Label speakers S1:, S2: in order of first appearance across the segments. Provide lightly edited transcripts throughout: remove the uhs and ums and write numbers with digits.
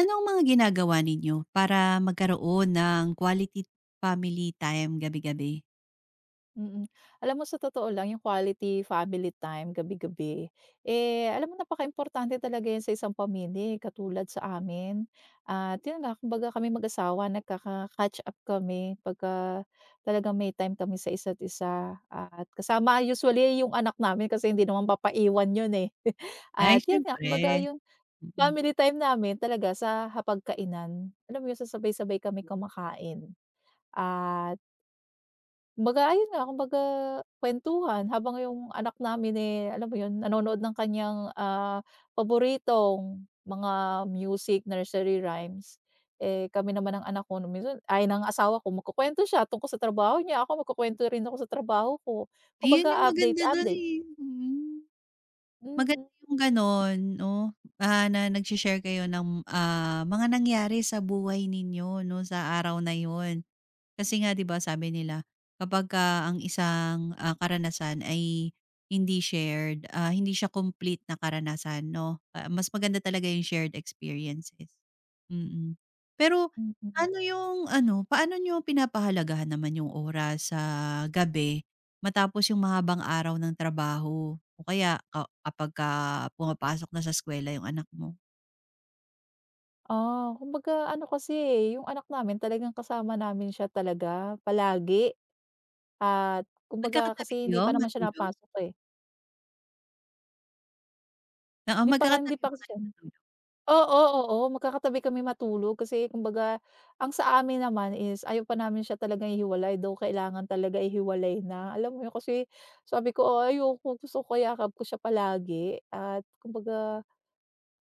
S1: Anong mga ginagawa ninyo para magkaroon ng quality family time gabi-gabi?
S2: Mm. Alam mo sa totoo lang yung quality family time gabi-gabi, eh, alam mo napakaimportante talaga yan sa isang pamilya, eh, katulad sa amin. At yun nga kumbaga kaming mag-asawa nagkaka-catch up kami pagka talaga may time kami sa isa't isa at kasama usually yung anak namin kasi hindi naman papaiwan yun, eh.
S1: Ay,
S2: At yun nga kumbaga
S1: siyempre.
S2: yung
S1: Mm.
S2: family time namin talaga sa hapagkainan. Alam mo yun, sasabay-sabay kami kumakain at kumbaga ayun nga, kumbaga kuwentuhan habang yung anak namin, eh, alam mo yun, nanonood ng kanyang, ah, paboritong mga music, nursery rhymes. Eh, kami naman ang anak ko no, minsan ay ng asawa ko magkukuwento siya tungkol sa trabaho niya, ako magkukuwento rin ako sa trabaho ko.
S1: Ayun yung
S2: Kumbaga update,
S1: maganda dun,
S2: update.
S1: eh, mm.
S2: Mm,
S1: Maganda
S2: mm.
S1: yung gano'n 'no, na nagse-share kayo ng mga nangyari sa buhay ninyo 'no, sa araw na yun. Kasi nga 'di ba sabi nila kapagka ang isang karanasan ay hindi shared, hindi siya complete na karanasan 'no, mas maganda talaga yung shared experiences. Mm. Pero
S2: Mm, mm.
S1: ano yung ano, paano niyo pinapahalagahan naman yung oras sa gabi matapos yung mahabang araw ng trabaho o kaya ka kapagka pumapasok na sa eskuwela yung anak mo?
S2: Ah, kumbaga ano kasi, eh, yung anak namin talagang kasama namin siya talaga palagi. At kumbaga
S1: Magkakatabi
S2: kasi hindi
S1: kayo
S2: pa naman siya
S1: matulog?
S2: napasok, eh.
S1: Oo,
S2: Hindi pa hindi
S1: magkakatabi
S2: pa
S1: ba
S2: kasi
S1: kayo
S2: siya
S1: matulog?
S2: oo, oo, magkakatabi kami matulog kasi kumbaga ang sa amin naman is ayaw pa namin siya talagang ihiwalay, though kailangan talaga ihiwalay na. Alam mo yun kasi sabi ko, "Ah, ayoko gusto ko yakap ko siya palagi." At kumbaga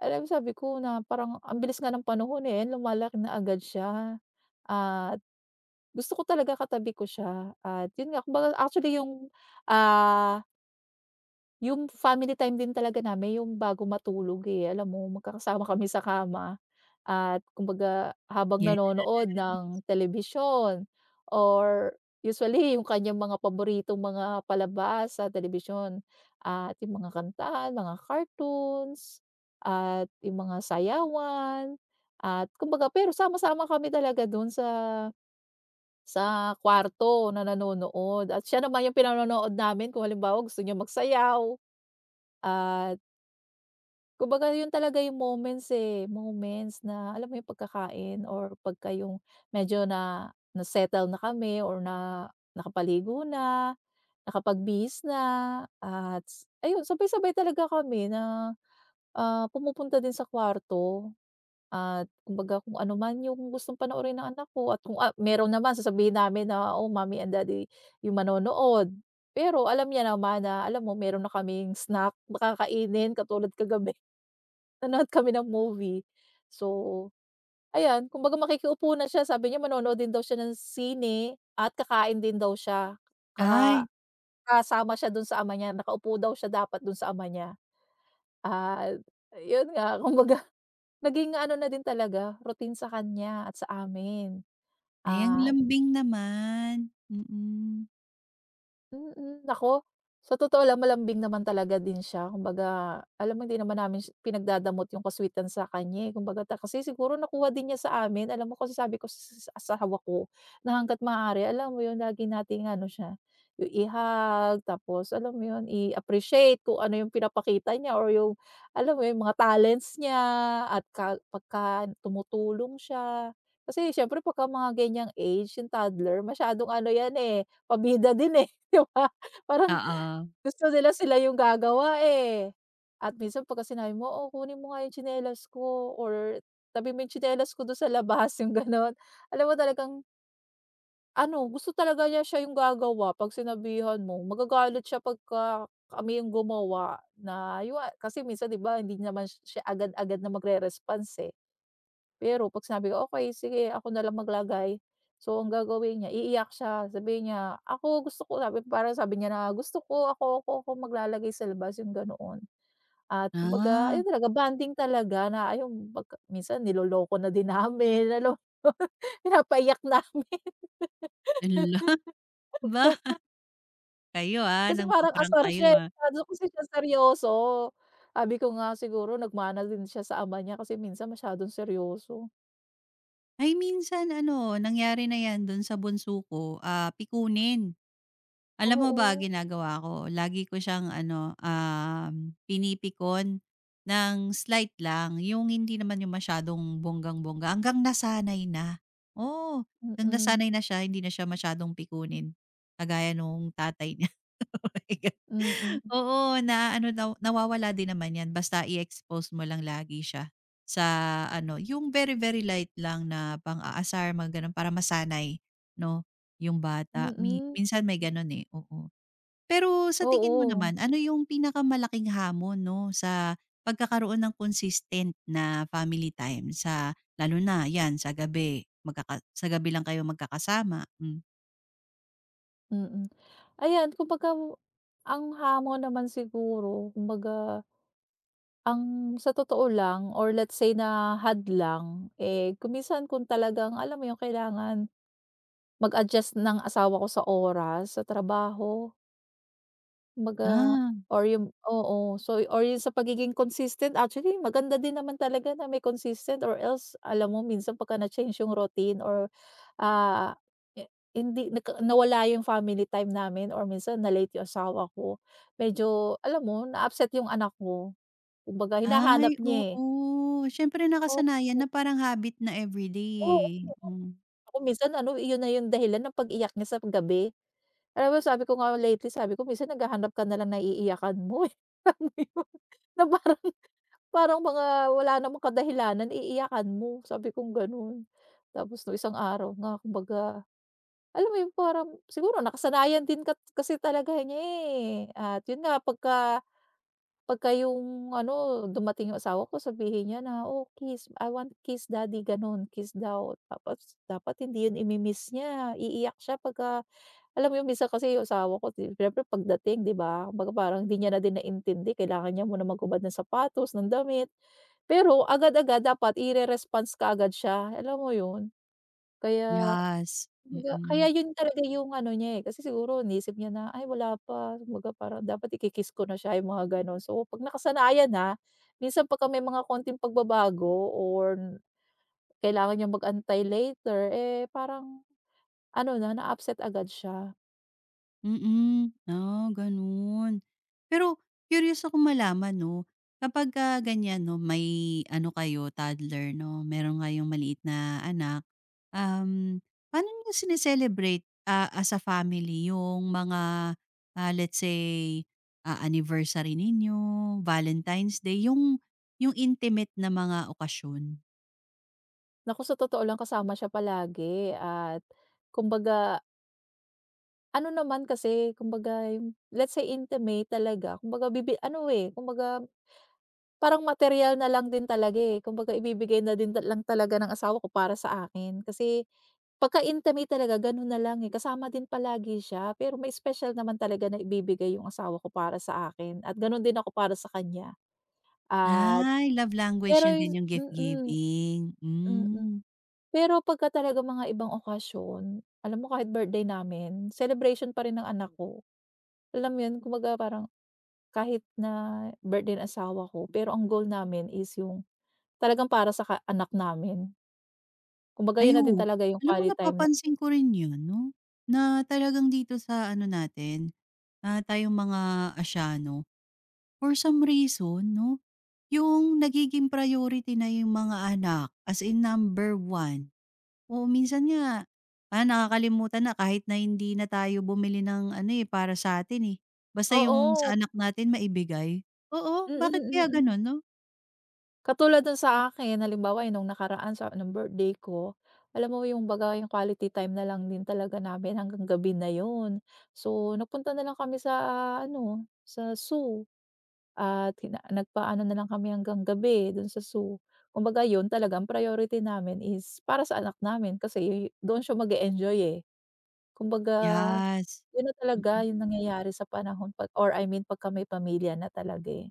S2: alam mo sabi ko na parang ang bilis nga ng panahon, eh, ayan lumalaki na agad siya. At gusto ko talaga katabi ko siya at yun nga kumbaga actually yung, ah, yung family time din talaga namin yung bago matulog, eh. Alam mo magkakasama kami sa kama at kumbaga habang
S1: Yes.
S2: nanonood ng telebisyon or usually yung kanyang mga paboritong mga palabas sa telebisyon at yung mga kantahan, mga cartoons at yung mga sayawan at kumbaga pero sama-sama kami talaga dun sa kwarto na nanonood at siya naman yung pinanonood namin kung halimbawa gusto niya magsayaw. At kumbaga yun talaga yung moments, eh, moments na alam mo yung pagkakain or pagka yung medyo na na-settle na kami or na nakapaligo na, nakapagbihis na at ayun sabay-sabay talaga kami na, ah, pumupunta din sa kwarto at kumbaga kung ano man yung gustong panoorin ng anak ko at kung, ah, meron naman sasabihin namin na, "Oh, mommy and daddy yung manonood." Pero alam niya naman na alam mo meron na kaming snack na kakainin katulad kagabi nanood kami ng movie. So, ayan kumbaga makikiupo na siya sabi niya manonood din daw siya ng sine at kakain din daw siya. Ka
S1: Ay.
S2: kasama siya dun sa ama niya, nakaupo daw siya dapat dun sa ama niya. At yun nga kumbaga naging ano na din talaga routine sa kanya at sa amin.
S1: Ay, ang
S2: Ah,
S1: lambing naman. Mm.
S2: mm, ako sa totoo lang malambing naman talaga din siya kumbaga alam mo hindi naman namin si pinagdadamot yung ka sa kanya, eh, kumbaga kasi siguro nakuha din niya sa amin alam mo kasi sabi ko sa asawa ko na hangga't maaari alam mo yun lagi nating ano siya, yung ihag tapos alam mo yun i-appreciate kung ano yung pinapakita niya or yung alam mo yung mga talents niya at ka pagka tumutulong siya. Kasi siyempre pagka mga ganyang age yung toddler masyadong ano yan, eh, pabida din, eh. 'Di ba? Parang
S1: Oo.
S2: gusto nila sila yung gagawa, eh. At minsan pagka sinabi mo, "Oh, kunin mo nga yung tsinelas ko," or "Tabi mo yung tsinelas ko dun sa labas," yung gano'n. Alam mo talagang ano, gusto talaga niya siya yung gagawa 'pag sinabihan mo. Magagalit siya pagka kami yung gumawa na yun nga kasi minsan 'di ba hindi naman siya agad-agad na magre-response, eh. Pero 'pag sinabi ko, "Okey sige ako na lang maglagay." So ang gagawin niya iiyak siya sabi niya, "Ako gusto ko," sabi parang sabi niya na, "Gusto ko ako ako ako maglalagay sa labas," yung ganoon. At kumbaga
S1: Ah,
S2: ayun talaga bonding talaga na ayun pagka minsan niloloko na din namin alam mo pinapaiyak namin.
S1: Hala, ba, kayo,
S2: Kasi parang
S1: nangpa-prank
S2: asar
S1: kayo,
S2: siya, eh,
S1: ah.
S2: masyado kasi siya seryoso. Sabi ko nga siguro nagmana din siya sa ama niya kasi minsan masyadong seryoso.
S1: Ay, minsan ano, nangyari na 'yan do'n sa bunso ko pikunin. Alam mo ba
S2: Oo.
S1: ginagawa ko, lagi ko siyang ano pinipikon ng slight lang, yung hindi naman yung masyadong bonggang-bongga hanggang nasanay na. Oo, hanggang
S2: Mm,
S1: nasanay na siya, hindi na siya masyadong pikunin, kagaya nung tatay niya. Oh my God.
S2: mm.
S1: Oo, na ano daw nawawala din naman 'yan basta i-expose mo lang lagi siya sa ano, yung very, very light lang na pang-aasar mga gano'n para masanay 'no, yung bata. Mi
S2: Mm.
S1: minsan may gano'n, eh, oo. Pero sa tingin mo
S2: Oo,
S1: naman, ano yung pinakamalaking hamon 'no, sa pagkakaroon ng consistent na family time sa lalo na 'yan sa gabi, sa gabi lang kayo magkakasama? Hmm.
S2: mm. Ayan kumbaga ang hamon naman siguro kumbaga ang sa totoo lang or let's say na hadlang, eh, kung minsan kung talagang alam mo yun kailangan mag-adjust ng asawa ko sa oras, sa trabaho. Kumbaga
S1: Ah.
S2: or yung oo. So, or yung sa pagiging consistent actually maganda din naman talaga na may consistent or else alam mo minsan pagka na-change yung routine or, ah, hindi nagka nawala yung family time namin or minsan na-late yung asawa ko, medyo alam mo na-upset yung anak ko. Kumbaga hinahanap
S1: Ay,
S2: niya, eh.
S1: oo. Siyempre
S2: Oo,
S1: nakasanayan na parang habit na everyday,
S2: oo.
S1: eh. Hmm,
S2: Ako minsan ano iyon na yung dahilan ng pag-iyak niya sa gabi. Alam mo sabi ko nga lately sabi ko, "Minsan naghahanap ka na lang ng iiyakan mo, eh." Alam mo yun? Na parang parang mga wala namang kadahilanan iiyakan mo, sabi kong gano'n. Tapos nung isang araw nga kumbaga, alam mo 'yun parang siguro nakasanayan din kat kasi talaga niya, eh, at 'yun nga pagka pagka 'yung ano dumating 'yung asawa ko sabihin niya na, "Oh kiss, I want kiss daddy," gano'n, kiss daw. Tapos dapat hindi 'yun imi-miss niya, iiyak siya pagka alam mo 'yun minsan kasi 'yung asawa ko siyempre pagdating 'di ba, kumbaga parang hindi niya na din naintindi kailangan niya muna maghubad ng sapatos, ng damit. Pero agad-agad dapat ire-response kaagad siya, alam mo yun? Kaya
S1: yes,
S2: kumbaga kaya
S1: mm.
S2: yun talaga yung ano niya, eh, kasi siguro iniisip niya na, "Ay wala pa," kumbaga parang dapat iki-kiss ko na siya, yung mga gano'n. So 'pag nakasanayan na, minsan pagka may mga konting pagbabago or kailangan niyang mag-antay later, eh, parang ano na, na-upset agad siya.
S1: Mm, gano'n. Pero curious ako malaman 'no, kapagka ganyan 'no, may ano kayo, toddler 'no, meron kayong maliit na anak. Paano niyo as a family yung mga let's say anniversary ninyo, Valentine's Day, yung intimate na mga okasyon?
S2: Naku, sa totoo lang kasama siya palagi at kumbaga ano naman kasi, kumbaga yung let's say intimate talaga, kumbaga ano, eh, kumbaga parang material na lang din talaga, eh, kumbaga ibibigay na din ta lang talaga ng asawa ko para sa akin. Kasi pagka-intimate talaga gano'n na lang, eh, kasama din palagi siya, pero may special naman talaga na ibibigay yung asawa ko para sa akin at gano'n din ako para sa kanya. At
S1: Ay, love language
S2: pero
S1: niyo
S2: yun
S1: din yung gift
S2: mm,
S1: giving,
S2: mm.
S1: hmm.
S2: Pero pagka talaga mga ibang okasyon, alam mo kahit birthday namin, celebration pa rin ng anak ko. Alam mo yun, kumbaga parang kahit na birthday ng asawa ko, pero ang goal namin is yung talagang para sa anak namin. Kumbaga yun
S1: Ay,
S2: na din
S1: oo.
S2: talaga yung
S1: Alam mo
S2: quality time na
S1: napapansin ko rin yun 'no, na talagang dito sa ano natin tayong mga Asyano, for some reason 'no, yung nagiging priority na yung mga anak, as in number one. Oo, minsan nga nakakalimutan na kahit na hindi na tayo bumili ng ano, eh, para sa atin, eh, basta yung
S2: oo,
S1: sa anak natin maibigay. Oo,
S2: mm,
S1: bakit kaya
S2: mm.
S1: gano'n 'no?
S2: Katulad dun sa akin halimbawa yung nung nakaraan sa nung birthday ko, alam mo yung baga yung quality time na lang din talaga namin hanggang gabi na yun. So, nagpunta na lang kami sa ano, sa zoo at hina nagpaano na lang kami hanggang gabi dun sa zoo. Kumbaga yun talaga ang priority namin is para sa anak namin kasi doon siya mag-e-enjoy, eh. Kumbaga
S1: Yes.
S2: yun na talaga
S1: Mm.
S2: yung nangyayari sa panahon 'pag or I mean pagka may pamilya na talaga, eh.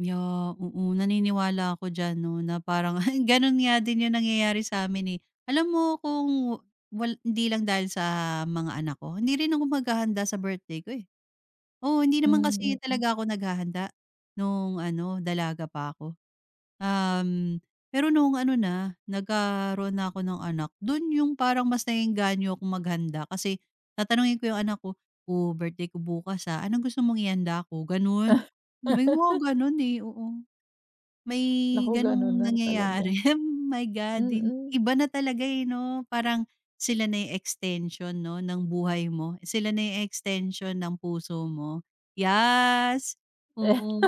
S1: Yeah, oo, naniniwala ako diyan 'no, na parang gano'n nga din 'yung nangyayari sa'min, eh. Alam mo kung hindi lang dahil sa mga anak ko, hindi rin ako maghahanda sa birthday ko, eh. Oo, hindi naman kasi
S2: Hmm, mm.
S1: talaga ako naghahanda nung ano, dalaga pa ako. Um, Pero noong ano na, nagkaroon na ako ng anak, dun yung parang mas naengganyo akong maghanda kasi tatanungin ko yung anak ko, "Oh, birthday ko bukas anong gusto mong ihanda ko?" Ganun. May mga ganun, eh, oo. May
S2: Naku, ganun
S1: ganong
S2: na talaga.
S1: nangyayari. My God,
S2: Mm.
S1: iba na talaga, eh, 'no? Parang sila na yung extension 'no, ng buhay mo. Sila na yung extension ng puso mo. Yes,
S2: Eh,
S1: oo.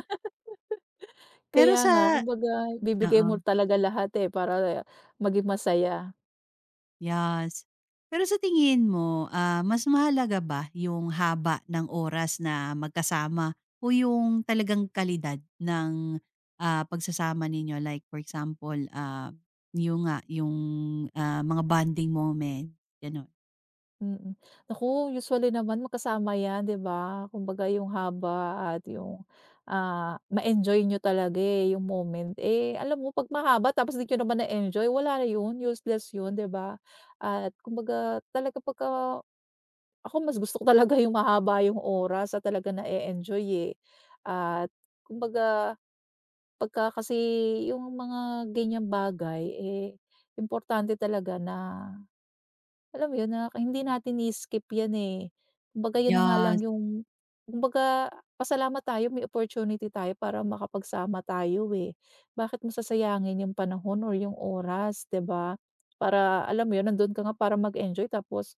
S1: Pero
S2: kaya nga
S1: sa
S2: kumbaga ibibigay
S1: Oo.
S2: mo talaga lahat, eh, para maging masaya.
S1: Yes. Pero sa tingin mo, mas mahalaga ba yung haba ng oras na magkasama o yung talagang kalidad ng pagsasama ninyo? Like for example yun nga, yung mga bonding moment, gano'n?
S2: Mm. Naku, usually naman magkasama 'yan, 'di ba? Kumbaga yung haba at yung, ah, ma-enjoy niyo talaga, eh, yung moment. Eh, alam mo 'pag mahaba tapos di niyo naman na-enjoy, wala na yun, useless yun, 'di ba? At kumbaga talaga pagka ako mas gusto ko talaga yung mahaba yung oras at talaga na-e-enjoy, eh. At kumbaga pagka kasi yung mga ganyang bagay, eh, importante talaga na alam mo yun, na hindi natin i-skip yan, eh. Kumbaga yun na nga lang
S1: Yes,
S2: yung kumbaga pasalamat tayo may opportunity tayo para makapagsama tayo, eh. Bakit mo sasayangin yung panahon or yung oras, 'di ba? Para alam mo yun, nandun ka nga para mag-enjoy tapos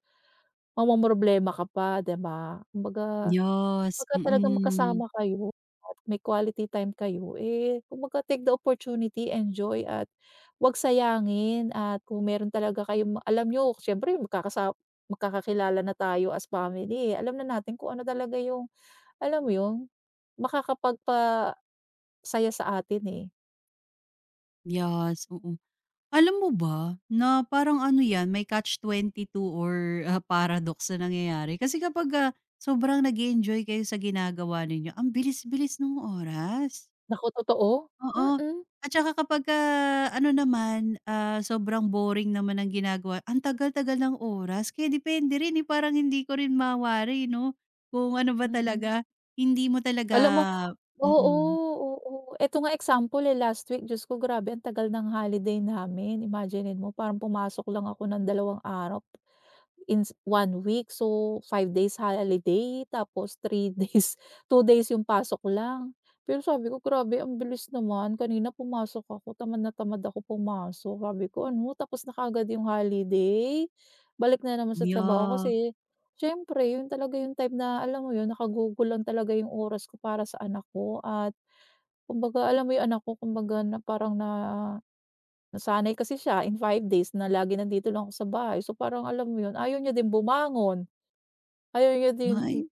S2: mamomroblema ka pa, 'di ba? Kumbaga,
S1: yes,
S2: pagka talagang magkasama
S1: mm.
S2: kayo at may quality time kayo, eh, kumbaga take the opportunity, enjoy at huwag sayangin at kung meron talaga kayong ma alam niyo siyempre magkakakilala na tayo as family, eh, alam na natin kung ano talaga yung, alam mo yun, makakapagpasaya sa atin, eh.
S1: Yes, oo. Alam mo ba, na parang ano 'yan, may catch 22 or paradox na nangyayari. Kasi kapag sobrang nag enjoy kayo sa ginagawa ninyo, ang bilis-bilis nung oras,
S2: Naku, totoo.
S1: oo.
S2: Mm,
S1: At saka kapagka ano naman sobrang boring naman ng ginagawa, ang tagal-tagal ng oras. Kaya depende rin, eh, parang hindi ko rin mawari 'no, kung ano ba
S2: mm.
S1: talaga, hindi mo talaga
S2: Alam mo
S1: mm,
S2: oo, oo. Eto nga example, eh, last week Diyos ko grabe ang tagal ng holiday namin, imaginin mo parang pumasok lang ako ng 2 araw ins 1 week. So, 5 days holiday tapos 3 days 2 days yung pasok lang. Pero sabi ko, "Grabe ang bilis naman." Kanina pumasok ako, tamad na tamad ako pumasok. Sabi ko, "Ano, tapos na kaagad yung holiday, balik na naman sa trabaho."
S1: yeah.
S2: Kasi siyempre yun talaga yung type na alam mo yun, nakagugol lang talaga yung oras ko para sa anak ko at kumbaga alam mo yung anak ko kumbaga na parang na nasanay kasi siya in 5 days na lagi nandito lang ako sa bahay. So, parang alam mo yun, ayaw niya din bumangon, ayaw niya din
S1: Ay,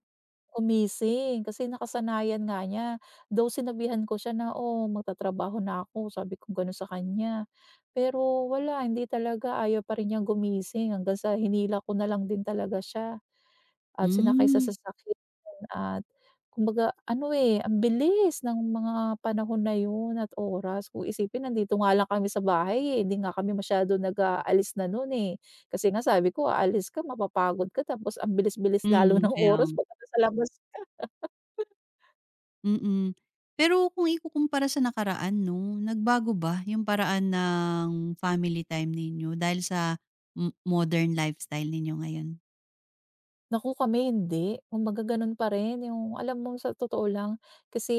S2: gumising kasi nakasanayan nga niya. Though sinabihan ko siya na, "Oh, magtatrabaho na ako," sabi ko gano'n sa kanya. Pero wala, hindi talaga, ayaw pa rin niyang gumising hanggang sa hinila ko na lang din talaga siya. At sinakay sa
S1: hmm,
S2: sasakyan at kumbaga ano, eh, ang bilis ng mga panahon na yun at oras. Kung isipin nandito nga lang kami sa bahay, eh, hindi nga kami masyado nag-aalis na noon eh. Kasi nga sabi ko aalis ka mapapagod ka tapos ang bilis-bilis lalo
S1: hmm,
S2: ng
S1: kaya
S2: oras pagka nasa labas.
S1: mm. Pero kung ikukumpara sa nakaraan 'no, nagbago ba yung paraan ng family time ninyo dahil sa modern lifestyle ninyo ngayon?
S2: Naku, kami hindi. Kumbaga gano'n pa rin yung alam mo sa totoo lang kasi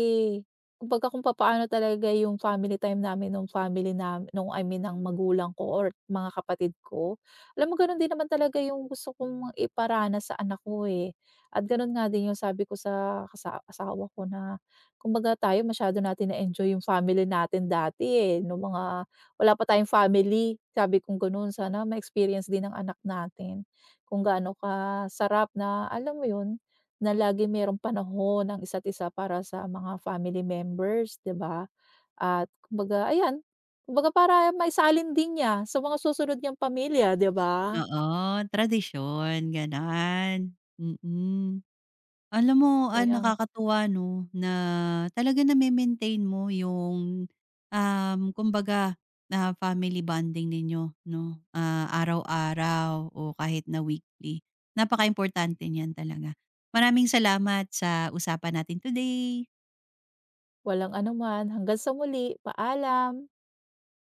S2: kumbaga kung papaano talaga yung family time namin nung family nung I mean ng magulang ko or mga kapatid ko, alam mo gano'n din naman talaga yung gusto kong iparanas sa anak ko, eh. At gano'n nga din yung sabi ko sa asawa ko na kumbaga tayo masyado natin na-enjoy yung family natin dati, eh, nung mga wala pa tayong family, sabi kong gano'n. Sana ma-experience din ng anak natin. Kung gaano ka sarap na alam mo yun, na laging merong panahon ang isa't isa para sa mga family members, 'di ba? At kumbaga ayan, kumbaga para maisalin din niya sa mga susunod niyang pamilya, 'di ba?
S1: Oo, tradisyon gano'n, mm. Alam mo
S2: Kaya
S1: nakakatuwa 'no, na talaga name-maintain mo yung kumbaga family bonding ninyo 'no, araw-araw o kahit na weekly. Napakaimportante niyan talaga. Maraming salamat sa usapan natin today.
S2: walang anuman, hanggang sa muli, paalam.